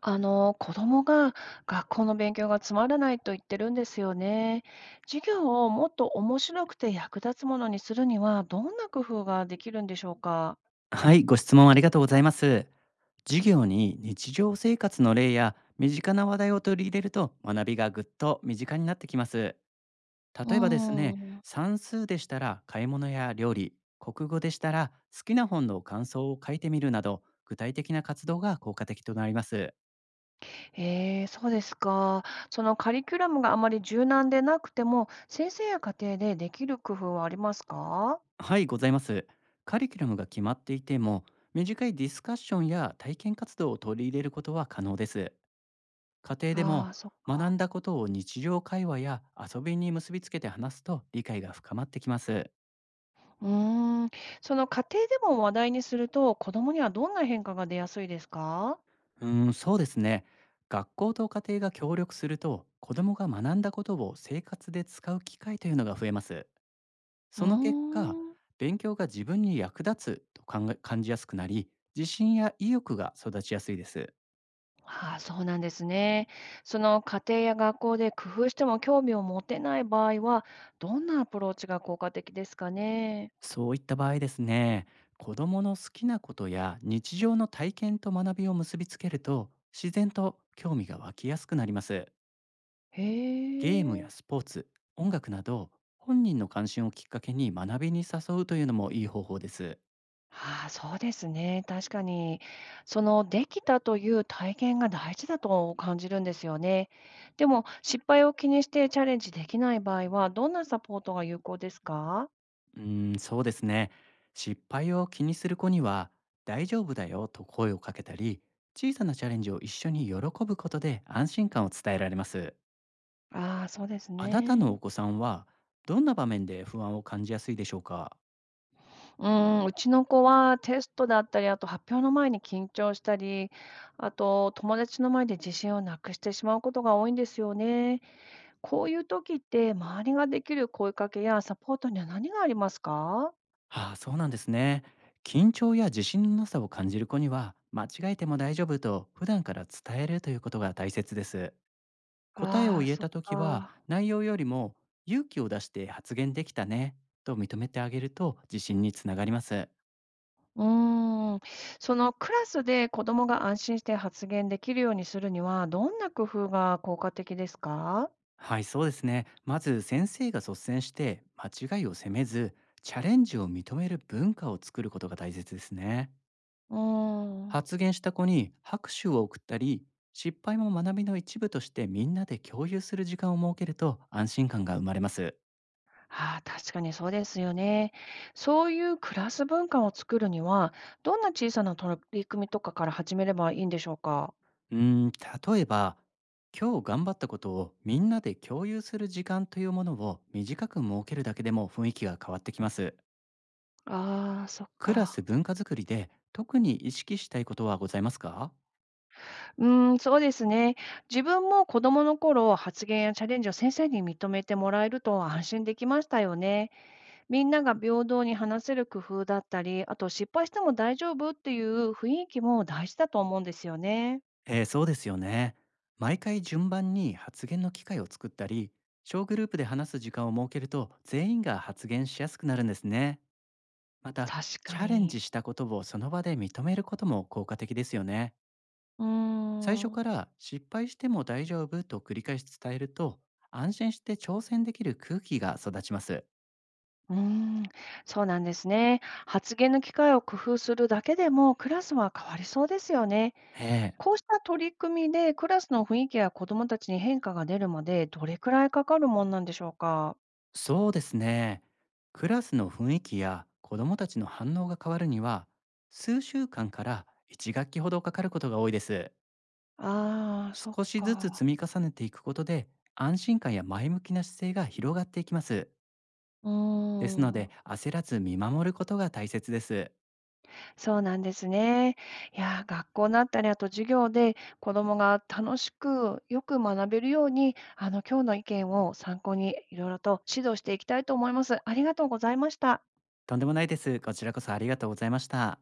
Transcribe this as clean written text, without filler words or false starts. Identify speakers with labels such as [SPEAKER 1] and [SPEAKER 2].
[SPEAKER 1] 子供が学校の勉強がつまらないと言ってるんですよね。授業をもっと面白くて役立つものにするには、どんな工夫ができるんでしょうか。
[SPEAKER 2] はい、ご質問ありがとうございます。授業に日常生活の例や身近な話題を取り入れると学びがぐっと身近になってきます。
[SPEAKER 1] う
[SPEAKER 2] 例えばです
[SPEAKER 1] ー
[SPEAKER 2] ね、
[SPEAKER 1] ん、
[SPEAKER 2] 算数でしたら買い物や料理、国語でしたら好きな本の感想を書いてみるなど、具体的な活動が効果的となります。
[SPEAKER 1] そうですか。そのカリキュラムがあまり柔軟でなくても、先生や家庭でできる工夫はありますか。
[SPEAKER 2] はい、ございます。カリキュラムが決まっていても、短いディスカッションや体験活動を取り入れることは可能です。家庭で
[SPEAKER 1] あ
[SPEAKER 2] も
[SPEAKER 1] あー、
[SPEAKER 2] 学んだことを日常会話や遊びに結びつけて話すと理解が深まってきます。
[SPEAKER 1] うーん。その家庭でも話題にすると、子供にはどんな変化が出やすいですか。
[SPEAKER 2] うーん、そうですね。学校と家庭が協力すると子どもが学んだことを生活で使う機会というのが増えます。
[SPEAKER 1] うー
[SPEAKER 2] その結果、
[SPEAKER 1] ん。
[SPEAKER 2] 勉強が自分に役立つと考え感じやすくなり、自信や意欲が育ちやすいです。
[SPEAKER 1] ああ、そうなんですね。その家庭や学校で工夫しても興味を持てない場合は、どんなアプローチが効果的ですかね。
[SPEAKER 2] そういった場合ですね、子どもの好きなことや日常の体験と学びを結びつけると、自然と興味が湧きやすくなります。
[SPEAKER 1] へ
[SPEAKER 2] ゲームや
[SPEAKER 1] え。
[SPEAKER 2] スポーツ、音楽など、本人の関心をきっかけに学びに誘うというのもいい方法です。
[SPEAKER 1] ああ、そうですね。確かに、そのできたという体験が大事だと感じるんですよね。でも、失敗を気にしてチャレンジできない場合は、どんなサポートが有効ですか。
[SPEAKER 2] うーん、そうですね。失敗を気にする子には、大丈夫だよと声をかけたり、小さなチャレンジを一緒に喜ぶことで安心感を伝えられます。
[SPEAKER 1] ああ、そうです
[SPEAKER 2] あなたのお
[SPEAKER 1] ね。
[SPEAKER 2] 子さんは、どんな場面で不安を感じやすいでしょうか？
[SPEAKER 1] うーん、うちの子はテストだったり、あと発表の前に緊張したり、あと友達の前で自信をなくしてしまうことが多いんですよね。こういう時って周りができる声かけやサポートには何がありますか。
[SPEAKER 2] はあ、そうなんですね。緊張や自信のなさを感じる子には、間違えても大丈夫と普段から伝えるということが大切です。答えを
[SPEAKER 1] ああー、
[SPEAKER 2] 言え
[SPEAKER 1] そっ
[SPEAKER 2] たときは、
[SPEAKER 1] か。
[SPEAKER 2] 内容よりも勇気を出して発言できたねと認めてあげると自信につながります。
[SPEAKER 1] うーん。そのクラスで子供が安心して発言できるようにするには、どんな工夫が効果的ですか。
[SPEAKER 2] はい、そうですね。まず先生が率先して間違いを責めず、チャレンジを認める文化を作ることが大切ですね。
[SPEAKER 1] うーん。
[SPEAKER 2] 発言した子に拍手を送ったり、失敗も学びの一部としてみんなで共有する時間を設けると安心感が生まれます。
[SPEAKER 1] ああ、確かにそうですよね。そういうクラス文化を作るには、どんな小さな取り組みとかから始めればいいんでしょうか？
[SPEAKER 2] うーん、例えば、今日頑張ったことをみんなで共有する時間というものを短く設けるだけでも雰囲気が変わってきます。
[SPEAKER 1] ああ、そっ
[SPEAKER 2] クラス
[SPEAKER 1] か。
[SPEAKER 2] 文化づくりで特に意識したいことはございますか？
[SPEAKER 1] うーん、そうですね。自分も子供の頃、発言やチャレンジを先生に認めてもらえると安心できましたよね。みんなが平等に話せる工夫だったり、あと失敗しても大丈夫っていう雰囲気も大事だと思うんですよね。
[SPEAKER 2] そうですよね。毎回順番に発言の機会を作ったり、小グループで話す時間を設けると全員が発言しやすくなるんですね。また、
[SPEAKER 1] 確
[SPEAKER 2] チ
[SPEAKER 1] か
[SPEAKER 2] ャレン
[SPEAKER 1] に。
[SPEAKER 2] ジしたことをその場で認めることも効果的ですよね。
[SPEAKER 1] うー
[SPEAKER 2] 最初
[SPEAKER 1] ん。
[SPEAKER 2] から失敗しても大丈夫と繰り返し伝えると、安心して挑戦できる空気が育ちます。
[SPEAKER 1] うーん、そうなんですね。発言の機会を工夫するだけでもクラスは変わりそうですよね。
[SPEAKER 2] ええ、
[SPEAKER 1] こうした取り組みでクラスの雰囲気や子どもたちに変化が出るまでどれくらいかかるもんなんでしょうか？
[SPEAKER 2] そうですね。クラスの雰囲気や子どもたちの反応が変わるには、数週間から1学期ほどかかることが多いです。
[SPEAKER 1] ああ、そっ
[SPEAKER 2] 少しずつ積
[SPEAKER 1] か。
[SPEAKER 2] み重ねていくことで、安心感や前向きな姿勢が広がっていきます。
[SPEAKER 1] うー
[SPEAKER 2] ですので、
[SPEAKER 1] ん、
[SPEAKER 2] 焦らず見守ることが大切です。
[SPEAKER 1] そうなんですね。いやー、学校だったり、あと授業で子どもが楽しくよく学べるように、今日の意見を参考にいろいろと指導していきたいと思います。ありがとうございました。
[SPEAKER 2] とんでもないです。こちらこそありがとうございました。